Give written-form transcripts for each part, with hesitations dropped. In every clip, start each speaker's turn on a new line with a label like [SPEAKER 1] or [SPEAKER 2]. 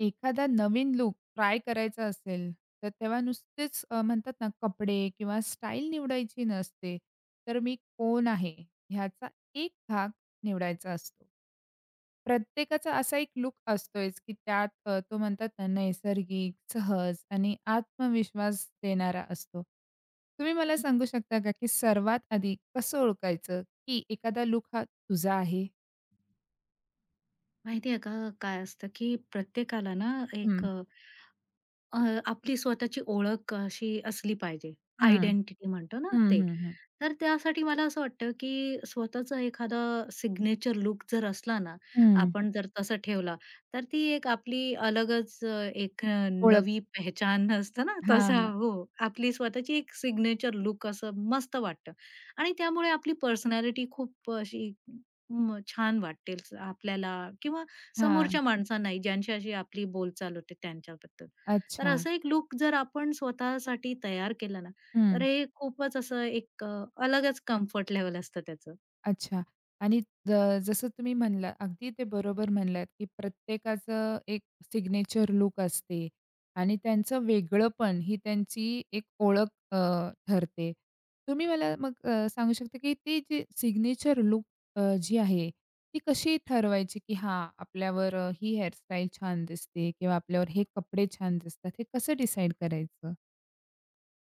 [SPEAKER 1] एखादा नवीन look try करायचा असेल, तर तेव्हा नुसतेच म्हणतात ना, कपडे किंवा स्टाईल निवडायची नसते, तर मी कोण आहे ह्याचा एक भाग निवडायचा असतो. प्रत्येकाचा असा एक लुक असतोच, की त्यात तो म्हणतात ना, नैसर्गिक, सहज आणि आत्मविश्वास देणारा असतो. तुम्ही मला सांगू शकता का, की सर्वात आधी कसं ओळखायचं, की एखादा लूक हा तुझा आहे?
[SPEAKER 2] माहिती आहे का काय असतं, की प्रत्येकाला ना एक
[SPEAKER 1] हं,
[SPEAKER 2] अ, अ, आपली स्वतःची ओळख अशी असली पाहिजे.
[SPEAKER 1] हं,
[SPEAKER 2] आयडेंटिटी म्हणतो ना
[SPEAKER 1] हं,
[SPEAKER 2] ते.
[SPEAKER 1] हं, हं,
[SPEAKER 2] तर त्यासाठी मला असं वाटतं, की स्वतःचा एखादा सिग्नेचर लूक जर असला ना,
[SPEAKER 1] हं.
[SPEAKER 2] आपण जर तसा ठेवला, तर ती एक आपली अलगच एक
[SPEAKER 1] ओळख
[SPEAKER 2] नवी पहचान असतं ना
[SPEAKER 1] हां,
[SPEAKER 2] तसा
[SPEAKER 1] हां,
[SPEAKER 2] हो, आपली स्वतःची एक सिग्नेचर लूक असं मस्त वाटतं आणि त्यामुळे आपली पर्सनॅलिटी खूप अशी छान वाटेल आपल्याला किंवा
[SPEAKER 1] हां.
[SPEAKER 2] समोरच्या माणसांनाही, ज्यांच्याशी आपली बोलचाल होते त्यांच्याबद्दल. तर
[SPEAKER 1] अच्छा.
[SPEAKER 2] असं एक लुक जर आपण स्वतःसाठी तयार केला ना, तर
[SPEAKER 1] हं.
[SPEAKER 2] हे खूपच असं एक अलगच कम्फर्ट लेव्हल असतं त्याचं.
[SPEAKER 1] अच्छा. आणि ज जसं तुम्ही म्हणलात, अगदी ते बरोबर म्हणलात, की प्रत्येकाचं एक सिग्नेचर लुक असते आणि त्यांचं वेगळंपण ही त्यांची एक ओळख ठरते. तुम्ही मला मग सांगू शकता, की ती जी सिग्नेचर लुक जी आहे, ती कशी ठरवायची, की हां, आपल्यावर ही हेअरस्टाईल छान दिसते किंवा आपल्यावर हे कपडे छान दिसतात, हे कसं डिसाईड करायचं?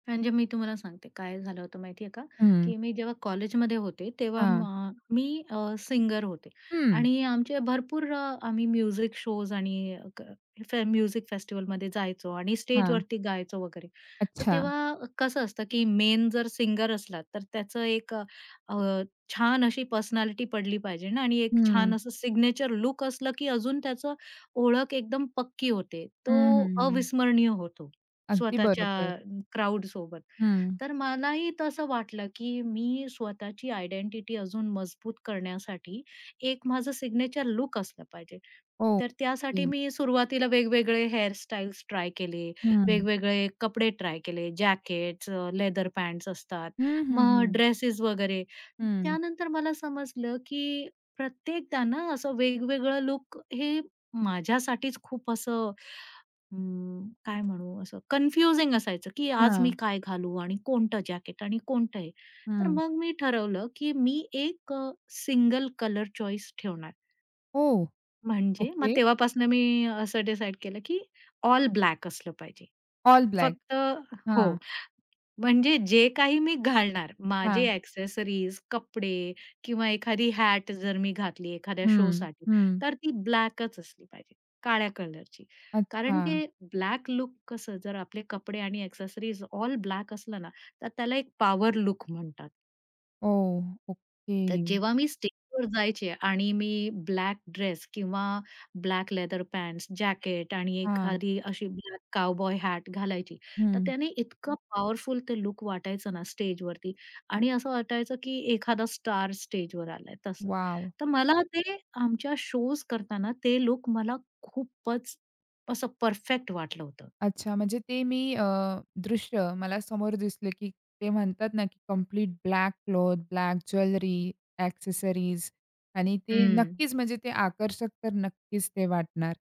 [SPEAKER 2] म्हणजे मी तुम्हाला सांगते काय झालं होतं माहिती आहे का,
[SPEAKER 1] हं.
[SPEAKER 2] की मी जेव्हा कॉलेजमध्ये होते तेव्हा
[SPEAKER 1] हां.
[SPEAKER 2] मी सिंगर होते
[SPEAKER 1] हं.
[SPEAKER 2] आणि आम्ही म्युझिक शोज आणि फे म्युझिक फेस्टिव्हलमध्ये जायचो आणि
[SPEAKER 1] हां.
[SPEAKER 2] स्टेजवरती गायचो वगैरे. तर
[SPEAKER 1] अच्छा.
[SPEAKER 2] तेव्हा कसं असतं, की मेन जर सिंगर असला तर त्याचं अ, छान अशी पर्सनॅलिटी पडली पाहिजे ना आणि एक
[SPEAKER 1] हं.
[SPEAKER 2] छान असं सिग्नेचर लूक असलं, की अजून त्याचं ओळख एकदम पक्की होते. तो
[SPEAKER 1] हं, हं.
[SPEAKER 2] अविस्मरणीय होतो
[SPEAKER 1] अगदी
[SPEAKER 2] स्वतःच्या
[SPEAKER 1] बरोबर.
[SPEAKER 2] क्राउडसोबत.
[SPEAKER 1] हं.
[SPEAKER 2] तर मलाही तसं वाटलं, की मी स्वतःची आयडेंटिटी अजून मजबूत करण्यासाठी एक माझं सिग्नेचर लुक असलं पाहिजे.
[SPEAKER 1] हो.
[SPEAKER 2] तर त्यासाठी
[SPEAKER 1] येईल.
[SPEAKER 2] मी सुरुवातीला वेगवेगळे हेअरस्टाईल्स ट्राय केले,
[SPEAKER 1] हं.
[SPEAKER 2] वेगवेगळे कपडे ट्राय केले, जॅकेट्स, लेदर पॅन्ट्स असतात,
[SPEAKER 1] हं, हं,
[SPEAKER 2] मग
[SPEAKER 1] हं.
[SPEAKER 2] ड्रेसेस वगैरे.
[SPEAKER 1] हं.
[SPEAKER 2] त्यानंतर मला समजलं, की प्रत्येकदा ना असं वेगवेगळं लूक हे माझ्यासाठीच खूप असं काय म्हणू असं कन्फ्युजिंग असायचं, की आज
[SPEAKER 1] हां.
[SPEAKER 2] मी काय घालू आणि कोणतं जॅकेट आणि कोणतं हे. तर
[SPEAKER 1] हं.
[SPEAKER 2] मग मी ठरवलं, की मी एक सिंगल कलर चॉईस ठेवणार.
[SPEAKER 1] ओह!
[SPEAKER 2] म्हणजे मग
[SPEAKER 1] ओके.
[SPEAKER 2] तेव्हापासून मी असं डिसाईड केलं, की ऑल ब्लॅक असलं पाहिजे.
[SPEAKER 1] All black.
[SPEAKER 2] फक्त हो.
[SPEAKER 1] हां,
[SPEAKER 2] म्हणजे जे काही मी घालणार, माझे
[SPEAKER 1] हां.
[SPEAKER 2] एक्सेसरीज, कपडे किंवा एखादी हॅट जर मी घातली एखाद्या
[SPEAKER 1] हं,
[SPEAKER 2] शोसाठी,
[SPEAKER 1] हं.
[SPEAKER 2] तर ती ब्लॅकच असली पाहिजे, काळ्या कलरची.
[SPEAKER 1] अच्छा.
[SPEAKER 2] कारण ते ब्लॅक लूक कसं, जर आपले कपडे आणि एक्सेसरीज ऑल ब्लॅक असलं ना, तर त्याला एक पॉवर लूक म्हणतात.
[SPEAKER 1] ओह! ओके.
[SPEAKER 2] तर जेव्हा मी स्टेजवर जायचे आणि मी ब्लॅक ड्रेस किंवा ब्लॅक लेदर पॅन्ट्स, जॅकेट आणि
[SPEAKER 1] हां.
[SPEAKER 2] एखादी अशी ब्लॅक काउबॉय हॅट घालायची. तर
[SPEAKER 1] हं.
[SPEAKER 2] त्याने इतकं पॉवरफुल ते लूक वाटायचं ना स्टेजवरती आणि असं वाटायचं की एखादा स्टार स्टेजवर आलाय तसं.
[SPEAKER 1] वॉव!
[SPEAKER 2] तर मला ते आमच्या शोज करताना ते लूक मला खूपच असं परफेक्ट वाटलं होतं.
[SPEAKER 1] अच्छा, म्हणजे ते मी दृश्य मला समोर दिसलं, की ते म्हणतात ना, की complete black cloth, black jewellery, accessories आणि ते
[SPEAKER 2] हं.
[SPEAKER 1] नक्कीच म्हणजे ते आकर्षक तर नक्कीच ते वाटणार.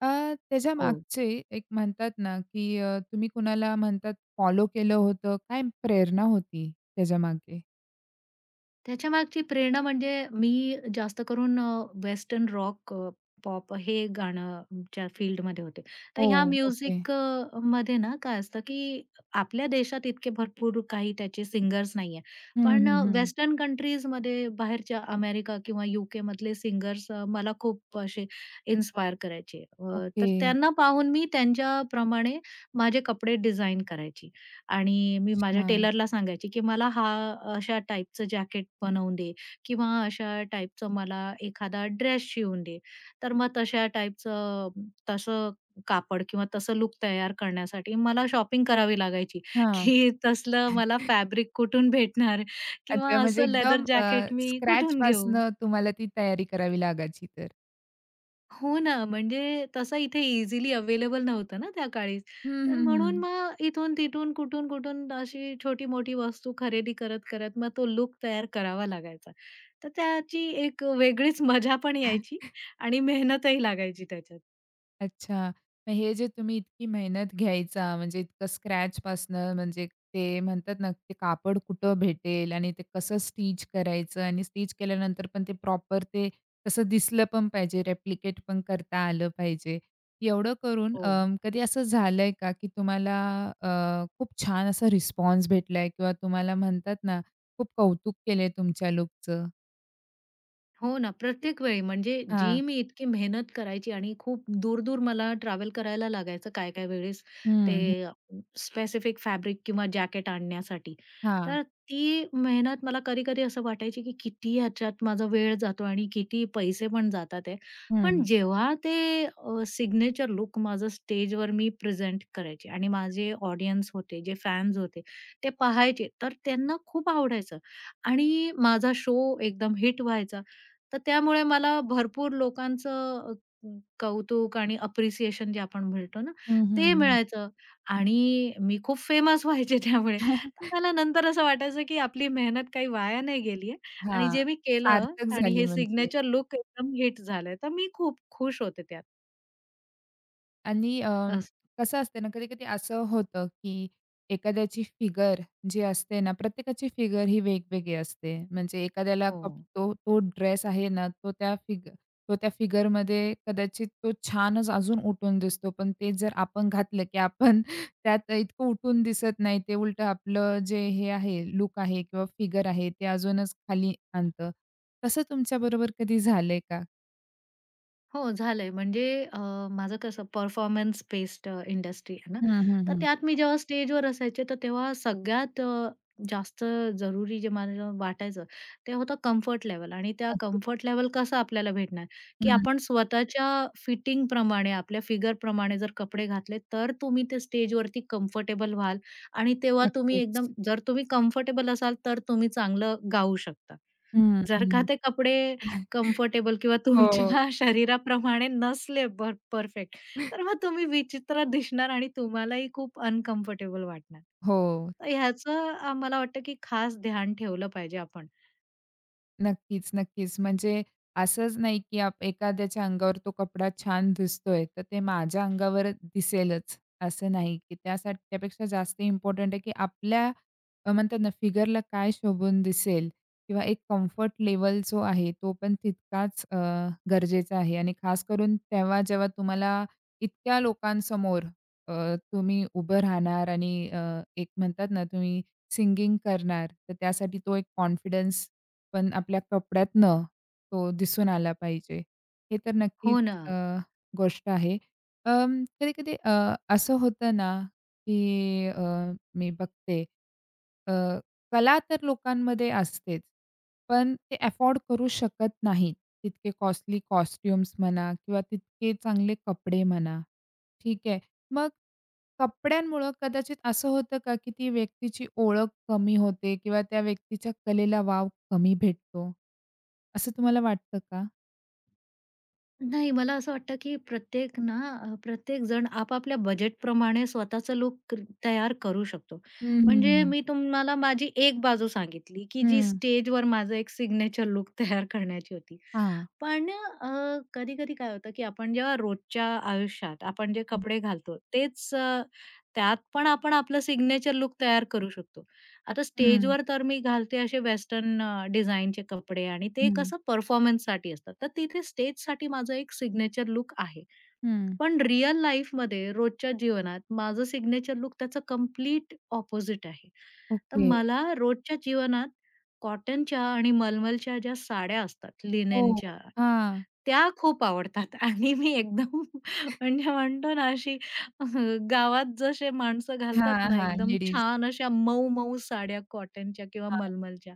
[SPEAKER 1] अ, त्याच्या
[SPEAKER 2] हो.
[SPEAKER 1] मागचे एक म्हणतात ना, की तुम्ही कुणाला म्हणतात फॉलो केलं होतं, काय प्रेरणा होती त्याच्यामागे?
[SPEAKER 2] त्याच्यामागची प्रेरणा म्हणजे मी जास्त करून वेस्टर्न रॉक, पॉप हे गाण्याच्या फील्डमध्ये होते. तर ह्या
[SPEAKER 1] ओह! ओके.
[SPEAKER 2] म्युझिक मध्ये ना काय असतं, की आपल्या देशात इतके भरपूर काही त्याचे सिंगर्स नाहीये.
[SPEAKER 1] हं,
[SPEAKER 2] पण
[SPEAKER 1] हं, हं.
[SPEAKER 2] वेस्टर्न कंट्रीजमध्ये बाहेरच्या अमेरिका किंवा यूकेमधले सिंगर्स मला खूप असे इन्स्पायर करायचे. तर
[SPEAKER 1] ओके.
[SPEAKER 2] त्यांना पाहून मी त्यांच्याप्रमाणे माझे कपडे डिझाइन करायची. आणि मी माझ्या
[SPEAKER 1] हां,
[SPEAKER 2] टेलरला सांगायची, की मला हा अशा टाइपचं जॅकेट बनवून दे किंवा अशा टाइपचं मला एखादा ड्रेस शिवून दे. तर मग तशा टाइपचं तसं कापड किंवा तसं लूक तयार करण्यासाठी मला शॉपिंग करावी लागायची,
[SPEAKER 1] हां.
[SPEAKER 2] की तसलं मला फॅब्रिक कुठून भेटणार किंवा
[SPEAKER 1] अच्छा, म्हणजे
[SPEAKER 2] असं लेदर
[SPEAKER 1] एकदम
[SPEAKER 2] जॅकेट मी कुठून घेऊ?
[SPEAKER 1] स्क्रॅचपासनं तुम्हाला ती तयारी करावी लागायची तर.
[SPEAKER 2] हो ना, म्हणजे तसं इथे इझिली अवेलेबल नव्हतं ना त्या काळी.
[SPEAKER 1] हं,
[SPEAKER 2] तर
[SPEAKER 1] हं,
[SPEAKER 2] म्हणून
[SPEAKER 1] हं.
[SPEAKER 2] मग इथून-तिथून, कुठून-कुठून अशी छोटी-मोठी वस्तू खरेदी करत-करत मग तो लुक तयार करावा लागायचा. तर त्याची एक वेगळीच मजा पण यायची आणि मेहनतही लागायची त्याच्यात.
[SPEAKER 1] अच्छा. मग हे जे तुम्ही इतकी मेहनत घ्यायचा, म्हणजे इतकं स्क्रॅचपासनं म्हणजे ते म्हणतात ना, ते कापड कुठं भेटेल आणि ते कसं स्टिच करायचं आणि स्टिच केल्यानंतर पण ते प्रॉपर ते तसं दिसलं पण पाहिजे, रेप्लिकेट पण करता आलं पाहिजे. एवढं करून
[SPEAKER 2] हो.
[SPEAKER 1] कधी असं झालंय का, की तुम्हाला खूप छान असा रिस्पॉन्स भेटलाय किंवा तुम्हाला म्हणतात ना, खूप कौतुक केलंय तुमच्या लूकचं?
[SPEAKER 2] हो ना, प्रत्येक वेळी म्हणजे
[SPEAKER 1] हां.
[SPEAKER 2] जी मी इतकी मेहनत करायची आणि खूप दूर-दूर मला ट्रॅव्हल करायला लागायचं काय-काय वेळेस ते
[SPEAKER 1] हं, हं.
[SPEAKER 2] स्पेसिफिक फॅब्रिक किंवा जॅकेट आणण्यासाठी.
[SPEAKER 1] हां.
[SPEAKER 2] तर ती मेहनत मला कधी-कधी असं वाटायची, की किती ह्याच्यात माझा वेळ जातो आणि किती पैसे पण जातात आहे. पण
[SPEAKER 1] हं.
[SPEAKER 2] जेव्हा ते सिग्नेचर लूक माझं स्टेजवर मी प्रेझेंट करायचे आणि माझे ऑडियन्स होते, जे फॅन्स होते, ते पाहायचे तर त्यांना खूप आवडायचं आणि माझा शो एकदम हिट व्हायचा. तर त्यामुळे मला भरपूर लोकांचं कौतुक आणि अप्रिसिएशन जे आपण म्हणतो ना,
[SPEAKER 1] हं, हं,
[SPEAKER 2] ते
[SPEAKER 1] हं.
[SPEAKER 2] मिळायचं आणि मी खूप फेमस व्हायचे त्यामुळे. मला नंतर असं वाटायचं, की आपली मेहनत काही वाया नाही गेली आहे आणि
[SPEAKER 1] हां,
[SPEAKER 2] जे मी केलं
[SPEAKER 1] सार्थक
[SPEAKER 2] आणि
[SPEAKER 1] झाली
[SPEAKER 2] हे
[SPEAKER 1] म्हणजे
[SPEAKER 2] सिग्नेचर लुक एकदम हिट झालंय, तर मी खूप खुश होते त्यात.
[SPEAKER 1] आणि
[SPEAKER 2] असं.
[SPEAKER 1] कसं असते ना, कधी-कधी असं होतं, की एखाद्याची फिगर जी असते ना, प्रत्येकाची फिगर ही वेगवेगळी असते. म्हणजे एखाद्याला
[SPEAKER 2] हो.
[SPEAKER 1] तो तो ड्रेस आहे ना, तो त्या फिगरमध्ये कदाचित तो छानच अजून उठून दिसतो. पण ते जर आपण घातलं, की आपण त्यात इतकं उठून दिसत नाही. ते उलटं आपलं जे हे आहे, लूक आहे किंवा फिगर आहे, ते अजूनच खाली आणतं. तसं तुमच्याबरोबर कधी झालंय का?
[SPEAKER 2] हो, झालंय. म्हणजे अ, माझं कसं परफॉर्मन्स बेस्ड इंडस्ट्री आहे ना,
[SPEAKER 1] हं, हं,
[SPEAKER 2] तर
[SPEAKER 1] हं.
[SPEAKER 2] त्यात मी जेव्हा स्टेजवर असायचे, तर तेव्हा सगळ्यात जास्त जरुरी जे मला वाटायचं, ते होतं कम्फर्ट लेव्हल आणि त्या
[SPEAKER 1] अगदी
[SPEAKER 2] कम्फर्ट लेव्हल कसं आपल्याला भेटणार,
[SPEAKER 1] हं.
[SPEAKER 2] की
[SPEAKER 1] हं,
[SPEAKER 2] आपण स्वतःच्या फिटिंगप्रमाणे, आपल्या फिगरप्रमाणे जर कपडे घातले, तर तुम्ही ते स्टेजवरती कम्फर्टेबल व्हाल आणि तेव्हा तुम्ही एकदम
[SPEAKER 1] नक्कीच.
[SPEAKER 2] जर तुम्ही कम्फर्टेबल असाल, तर तुम्ही चांगलं गाऊ शकता.
[SPEAKER 1] हं,
[SPEAKER 2] जर का
[SPEAKER 1] हं.
[SPEAKER 2] ते कपडे कम्फर्टेबल किंवा
[SPEAKER 1] हो,
[SPEAKER 2] तुमच्या शरीराप्रमाणे नसले परफेक्ट, तर मग तुम्ही विचित्र दिसणार आणि तुम्हालाही खूप अनकम्फर्टेबल वाटणार.
[SPEAKER 1] हो.
[SPEAKER 2] तर ह्याचं मला वाटतं की खास ध्यान ठेवलं पाहिजे आपण.
[SPEAKER 1] नक्कीच, नक्कीच. म्हणजे असंच नाही, की आप एखाद्याच्या अंगावर तो कपडा छान दिसतोय, तर ते माझ्या अंगावर दिसेलच असं नाही, की त्यासाठी त्यापेक्षा जास्त इम्पोर्टंट आहे, की आपल्या म्हणतात ना फिगरला काय शोभून दिसेल किंवा एक कम्फर्ट लेवल जो आहे तो पण तितकाच गरजेचा आहे आणि खास करून तेव्हा जेव्हा तुम्हाला इतक्या लोकांसमोर तुम्ही उभं राहणार आणि एक म्हणतात ना तुम्ही सिंगिंग करणार, तर त्यासाठी तो एक कॉन्फिडन्स पण आपल्या कपड्यातनं तो दिसून आला पाहिजे. हे तर नक्कीच
[SPEAKER 2] हो ना.
[SPEAKER 1] अ, गोष्ट आहे. कधी-कधी असं होतं ना की मी बघते अ, कला तर लोकांमध्ये असतेच, पण ते अफोर्ड करू शकत नाहीत. तितके कॉस्टली कॉस्ट्यूम्स म्हणा किंवा तितके चांगले कपडे म्हणा. ठीक आहे. मग कपड्यांमुळं कदाचित असं होतं का, की ती व्यक्तीची ओळख कमी होते किंवा त्या व्यक्तीच्या कलेला वाव कमी भेटतो? असं तुम्हाला वाटतं का?
[SPEAKER 2] नाही मला असं वाटतं की प्रत्येक जण आपापल्या बजेटप्रमाणे स्वतःचा लूक तयार करू शकतो.
[SPEAKER 1] हं, हं,
[SPEAKER 2] म्हणजे
[SPEAKER 1] हं.
[SPEAKER 2] मी तुम्हाला माझी एक बाजू सांगितली की जी
[SPEAKER 1] हं.
[SPEAKER 2] स्टेजवर माझं एक सिग्नेचर लूक तयार करण्याची होती.
[SPEAKER 1] हां.
[SPEAKER 2] पण अ, कधी-कधी काय होतं, की आपण जेव्हा रोजच्या आयुष्यात आपण जे कपडे घालतो तेच त्यात पण आपण आपलं सिग्नेचर लुक तयार करू शकतो. आता
[SPEAKER 1] हं,
[SPEAKER 2] स्टेजवर तर मी घालते असे वेस्टर्न डिझाइनचे कपडे आणि
[SPEAKER 1] हं,
[SPEAKER 2] ते
[SPEAKER 1] हं.
[SPEAKER 2] कसं परफॉर्मन्ससाठी असतात. तर तिथे स्टेजसाठी माझं एक सिग्नेचर लूक आहे.
[SPEAKER 1] हं.
[SPEAKER 2] पण रिअल लाईफमध्ये रोजच्या जीवनात माझं सिग्नेचर लूक त्याचं कंप्लीट ऑपोझिट आहे. तर
[SPEAKER 1] ओके.
[SPEAKER 2] मला रोजच्या जीवनात कॉटनच्या आणि मलमलच्या ज्या साड्या असतात,
[SPEAKER 1] हो.
[SPEAKER 2] लिनेनच्या
[SPEAKER 1] हां.
[SPEAKER 2] त्या खूप आवडतात आणि मी एकदम म्हणजे म्हणतो ना अशी अ, गावात जसे माणसं घालतात
[SPEAKER 1] हां,
[SPEAKER 2] ना
[SPEAKER 1] हां.
[SPEAKER 2] एकदम
[SPEAKER 1] लेडीज.
[SPEAKER 2] छान अशा मऊ-मऊ साड्या कॉटनच्या किंवा
[SPEAKER 1] हां.
[SPEAKER 2] मलमलच्या,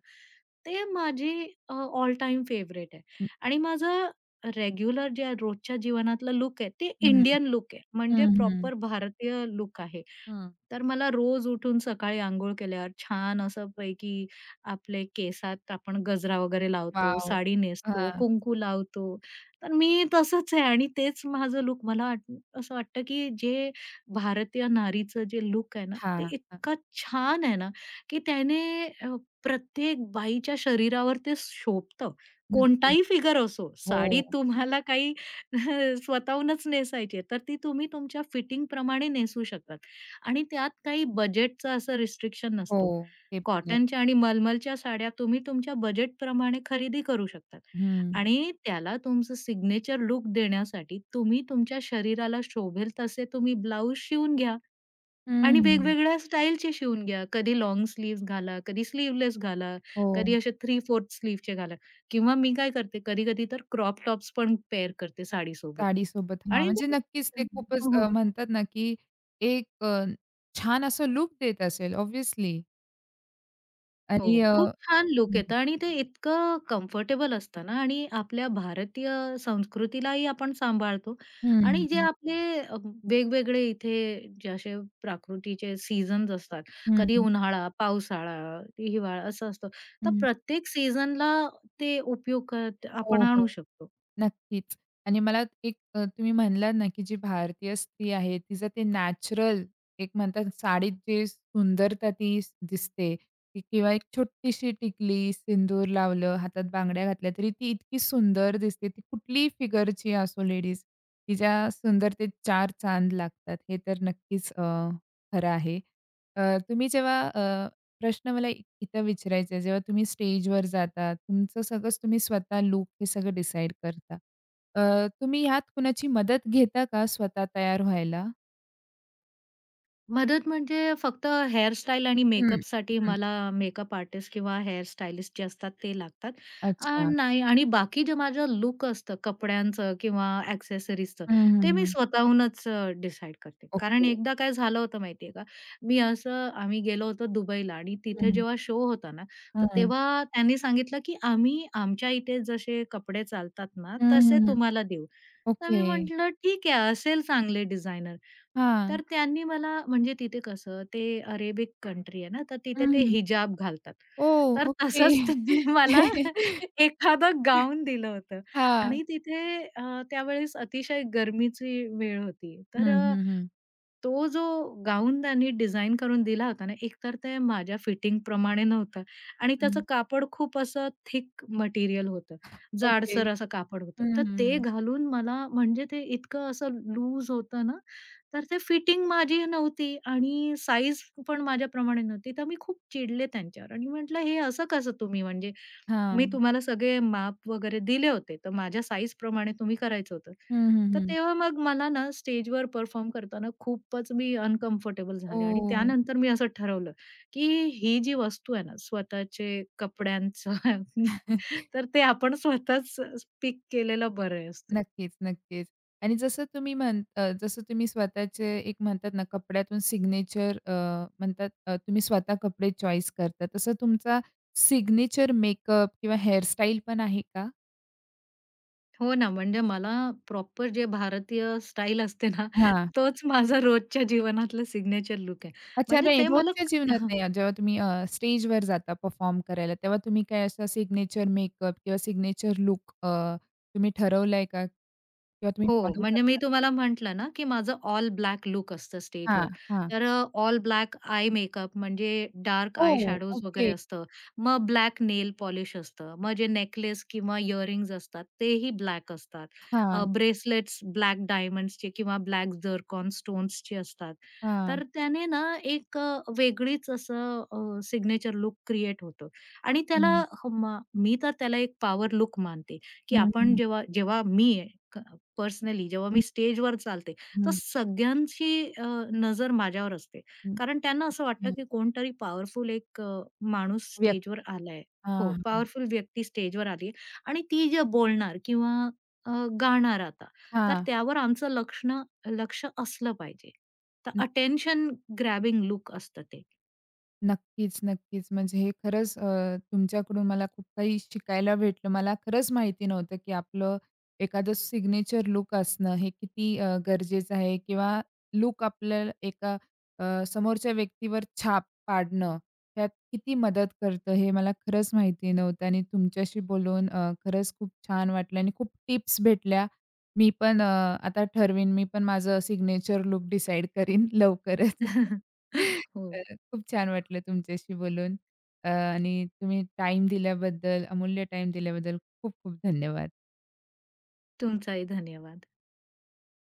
[SPEAKER 2] ते माझी ऑल टाईम फेव्हरेट आहे.
[SPEAKER 1] हं,
[SPEAKER 2] आणि माझं रेग्युलर जे रोजच्या जीवनातलं लूक आहे, ते
[SPEAKER 1] हं.
[SPEAKER 2] इंडियन लूक आहे. म्हणजे
[SPEAKER 1] हं, हं.
[SPEAKER 2] प्रॉपर भारतीय लूक आहे.
[SPEAKER 1] हं.
[SPEAKER 2] तर मला रोज उठून सकाळी अंघोळ केल्यावर छान असं पैकी आपले केसात आपण गजरा वगैरे लावतो,
[SPEAKER 1] वॉव!
[SPEAKER 2] साडी नेसतो,
[SPEAKER 1] हां,
[SPEAKER 2] कुंकू लावतो. तर मी तसंच आहे आणि तेच माझं लुक मला वाट असं वाटतं, की जे भारतीय नारीचं जे लुक आहे ना, ते
[SPEAKER 1] हां, हां.
[SPEAKER 2] इतकं छान आहे ना, की त्याने अ, प्रत्येक बाईच्या शरीरावर ते शोभतं.
[SPEAKER 1] नक्की.
[SPEAKER 2] कोणताही फिगर असो, साडी
[SPEAKER 1] हो,
[SPEAKER 2] तुम्हाला काही स्वतःहूनच नेसायची आहे, तर ती तुम्ही तुमच्या फिटिंगप्रमाणे नेसू शकतात आणि त्यात काही बजेटचं असं रिस्ट्रिक्शन
[SPEAKER 1] हो.
[SPEAKER 2] नसतो.
[SPEAKER 1] ते पण आहे.
[SPEAKER 2] कॉटनच्या आणि मलमलच्या साड्या तुम्ही तुमच्या बजेटप्रमाणे खरेदी करू शकतात
[SPEAKER 1] हं.
[SPEAKER 2] आणि त्याला तुमचं सिग्नेचर लूक देण्यासाठी तुम्ही तुमच्या शरीराला शोभेल तसे तुम्ही ब्लाऊज शिवून घ्या
[SPEAKER 1] हं,
[SPEAKER 2] आणि
[SPEAKER 1] हं.
[SPEAKER 2] वेगवेगळ्या स्टाईलचे शिवून घ्या. कधी लाँग स्लीव्हज घाला, कधी स्लीव्हलेस घाला, कधी
[SPEAKER 1] हो.
[SPEAKER 2] असे 3/4 स्लीव्हचे घाला किंवा मी काय करते कधी-कधी तर क्रॉप टॉप्स पण पेअर करते साडीसोबत
[SPEAKER 1] साडीसोबत हां,
[SPEAKER 2] आणि
[SPEAKER 1] म्हणजे
[SPEAKER 2] ते
[SPEAKER 1] नक्कीच ते खूपच
[SPEAKER 2] हो, हो.
[SPEAKER 1] म्हणतात ना, की एक छान असं लूक देत असेल ऑब्व्हियसली
[SPEAKER 2] हो,
[SPEAKER 1] आणि
[SPEAKER 2] खूप छान लूक
[SPEAKER 1] हं,
[SPEAKER 2] येतं आणि ते इतकं कम्फर्टेबल असतं ना आणि आपल्या भारतीय संस्कृतीलाही आपण सांभाळतो
[SPEAKER 1] हं,
[SPEAKER 2] आणि जे
[SPEAKER 1] हं,
[SPEAKER 2] आपले अ, वेगवेगळे इथे जे असे प्राकृतीचे सीझन्स असतात,
[SPEAKER 1] हं,
[SPEAKER 2] कधी उन्हाळा, पावसाळा, हिवाळा असं असतं. तर प्रत्येक सीझनला ते
[SPEAKER 1] हो,
[SPEAKER 2] आपण
[SPEAKER 1] हो.
[SPEAKER 2] आणू शकतो.
[SPEAKER 1] नक्कीच. आणि मला एक तुम्ही म्हणलात ना, की जी भारतीय स्त्री आहे, तिचं ते नॅचरल एक म्हणतात साडीत जे सुंदरता दिसते की किंवा एक छोटीशी टिकली, सिंदूर लावलं, हातात बांगड्या घातल्या, तरी ती इतकी सुंदर दिसते. ती कुठलीही फिगरची असो लेडीज, तिच्या सुंदरतेत 4 चांद लागतात. हे तर नक्कीच खरं आहे. तुम्ही जेव्हा प्रश्न मला इथं विचारायचा आहे, जेव्हा तुम्ही स्टेजवर जाता, तुमचं सगळंच तुम्ही स्वतः लूक हे सगळं डिसाईड करता. तुम्ही ह्यात कुणाची मदत घेता का स्वतः तयार व्हायला?
[SPEAKER 2] मदत म्हणजे फक्त हेअरस्टाईल आणि
[SPEAKER 1] हं,
[SPEAKER 2] मेकअपसाठी
[SPEAKER 1] हं.
[SPEAKER 2] मला मेकअप आर्टिस्ट किंवा हेअर स्टायलिस्ट जे असतात ते लागतात.
[SPEAKER 1] अच्छा.
[SPEAKER 2] नाही आणि बाकी जे माझं लूक असतं कपड्यांचं किंवा ॲक्सेसरीजचं,
[SPEAKER 1] हं,
[SPEAKER 2] ते
[SPEAKER 1] हं,
[SPEAKER 2] मी
[SPEAKER 1] हं.
[SPEAKER 2] स्वतःहूनच डिसाईड करते. कारण
[SPEAKER 1] ओके.
[SPEAKER 2] एकदा काय झालं होतं माहिती आहे का, मी असं आम्ही गेलो होतो दुबईला आणि
[SPEAKER 1] हं,
[SPEAKER 2] तिथे
[SPEAKER 1] हं.
[SPEAKER 2] जेव्हा शो होता ना, तर तेव्हा त्यांनी सांगितलं की आम्ही आमच्या इथे जसे कपडे चालतात ना,
[SPEAKER 1] हं, हं,
[SPEAKER 2] तसे
[SPEAKER 1] हं.
[SPEAKER 2] तुम्हाला देऊ. तर मी
[SPEAKER 1] ओके.
[SPEAKER 2] म्हटलं, "ठीक आहे, असेल चांगले डिझायनर."
[SPEAKER 1] हां.
[SPEAKER 2] तर त्यांनी मला म्हणजे तिथे कसं ते अरेबिक कंट्री आहे ना, तर
[SPEAKER 1] हं,
[SPEAKER 2] तिथे ते
[SPEAKER 1] हं.
[SPEAKER 2] हिजाब घालतात.
[SPEAKER 1] ओह!
[SPEAKER 2] तर
[SPEAKER 1] ओके.
[SPEAKER 2] तसंच त्यांनी मला एखादं गाऊन दिलं होतं
[SPEAKER 1] हां.
[SPEAKER 2] आणि तिथे त्यावेळेस अतिशय गरमीची वेळ होती. तर
[SPEAKER 1] हं, हं, हं.
[SPEAKER 2] तो जो गाऊन त्यांनी डिझाइन करून दिला होता ना, एकतर ते माझ्या फिटिंगप्रमाणे नव्हतं आणि त्याचं
[SPEAKER 1] हं.
[SPEAKER 2] कापड खूप असं थिक मटेरियल होतं.
[SPEAKER 1] ओके.
[SPEAKER 2] जाडसर असं कापड होतं.
[SPEAKER 1] हं,
[SPEAKER 2] तर
[SPEAKER 1] हं,
[SPEAKER 2] ते
[SPEAKER 1] हं.
[SPEAKER 2] घालून मला म्हणजे ते इतकं असं लूज होतं ना, तर ते फिटिंग माझी नव्हती आणि साईज पण माझ्याप्रमाणे नव्हती. तर मी खूप चिडले त्यांच्यावर आणि म्हटलं, "हे असं कसं तुम्ही म्हणजे
[SPEAKER 1] हां.
[SPEAKER 2] मी तुम्हाला सगळे माप वगैरे दिले होते, तर माझ्या साइझप्रमाणे तुम्ही करायचं होतं.
[SPEAKER 1] हं, हं,
[SPEAKER 2] तर
[SPEAKER 1] हं.
[SPEAKER 2] तेव्हा मग मला ना स्टेजवर परफॉर्म करताना खूपच मी अनकम्फर्टेबल झाले आणि
[SPEAKER 1] ओह!
[SPEAKER 2] त्यानंतर मी असं ठरवलं, की ही जी वस्तू आहे ना स्वतःचे कपड्यांचं तर ते आपण स्वतःच पिक केलेलं बरं असतं.
[SPEAKER 1] नक्कीच, नक्कीच. आणि जसं तुम्ही स्वतःचे एक म्हणतात ना, कपड्यातून म्हणतात तुम्ही स्वतः कपडे चॉईस करता. तसं तुमचा सिग्नेचर मेकअप किंवा हेअरस्टाईल पण आहे का?
[SPEAKER 2] हो ना, म्हणजे मला प्रॉपर जे भारतीय स्टाईल असते ना,
[SPEAKER 1] हां.
[SPEAKER 2] तोच माझा रोजच्या जीवनातला सिग्नेचर लूक आहे.
[SPEAKER 1] अच्छा,
[SPEAKER 2] म्हणजे
[SPEAKER 1] नाही
[SPEAKER 2] ते मला
[SPEAKER 1] रोजच्या जीवनात नाही. जेव्हा तुम्ही स्टेजवर जाता परफॉर्म करायला, तेव्हा तुम्ही काय असा सिग्नेचर मेकअप किंवा तुम्ही ठरवलाय का? किंवा तुम्ही
[SPEAKER 2] हो,
[SPEAKER 1] फॉलो
[SPEAKER 2] म्हणजे मी
[SPEAKER 1] करता का?
[SPEAKER 2] तुम्हाला म्हटलं ना, की माझं ऑल ब्लॅक लूक असतं स्टेजवर.
[SPEAKER 1] हां, हां.
[SPEAKER 2] तर ऑल ब्लॅक आय मेकअप म्हणजे डार्क आय
[SPEAKER 1] ओह!
[SPEAKER 2] शॅडोज वगैरे
[SPEAKER 1] ओके.
[SPEAKER 2] असतं. मग ब्लॅक नेल पॉलिश असतं. मग जे नेकलेस किंवा इयरिंग्ज असतात तेही ब्लॅक असतात.
[SPEAKER 1] हां,
[SPEAKER 2] ब्रेसलेट्स ब्लॅक डायमंड्सचे किंवा ब्लॅक झिरकॉन स्टोन्सचे असतात.
[SPEAKER 1] हां.
[SPEAKER 2] तर त्याने ना एक वेगळीच असं सिग्नेचर लूक क्रिएट होतो आणि त्याला
[SPEAKER 1] हं,
[SPEAKER 2] ह- म मी तर त्याला एक पॉवर लूक मानते, की आपण
[SPEAKER 1] हं,
[SPEAKER 2] जेव्हा जेव्हा मी पर्सनली जेव्हा
[SPEAKER 1] हं.
[SPEAKER 2] मी स्टेजवर चालते, तर
[SPEAKER 1] हं,
[SPEAKER 2] सगळ्यांची नजर माझ्यावर असते.
[SPEAKER 1] हं.
[SPEAKER 2] कारण त्यांना असं वाटतं,
[SPEAKER 1] अच्छा.
[SPEAKER 2] की कोणतरी पॉवरफुल एक माणूस
[SPEAKER 1] व्यक्ती.
[SPEAKER 2] स्टेजवर आलाय.
[SPEAKER 1] हां,
[SPEAKER 2] हो,
[SPEAKER 1] हां.
[SPEAKER 2] पॉवरफुल व्यक्ती स्टेजवर आली आहे आणि ती जे बोलणार किंवा अ, गाणार आता, तर
[SPEAKER 1] हां.
[SPEAKER 2] त्यावर आमचं लक्ष असलं पाहिजे. तर अटेन्शन ग्रॅबिंग लूक असतं ते.
[SPEAKER 1] नक्कीच, नक्कीच. म्हणजे हे खरंच तुमच्याकडून मला खूप काही शिकायला भेटलं. मला खरंच माहिती नव्हतं, की आपलं एखादं सिग्नेचर लुक असणं हे किती गरजेचं आहे किंवा लूक आपल्याला एका समोरच्या व्यक्तीवर छाप पाडणं, त्यात किती मदत करतं हे मला खरंच माहिती नव्हतं आणि तुमच्याशी बोलून खरंच खूप छान वाटलं आणि खूप टिप्स भेटल्या. मी पण आता ठरवीन, मी पण माझं सिग्नेचर लूक डिसाईड करीन लवकरच.
[SPEAKER 2] हो,
[SPEAKER 1] तर खूप छान वाटलं तुमच्याशी बोलून आणि तुम्ही टाईम दिल्याबद्दल, अमूल्य टाईम दिल्याबद्दल खूप खूप धन्यवाद.
[SPEAKER 2] तुमचाही धन्यवाद.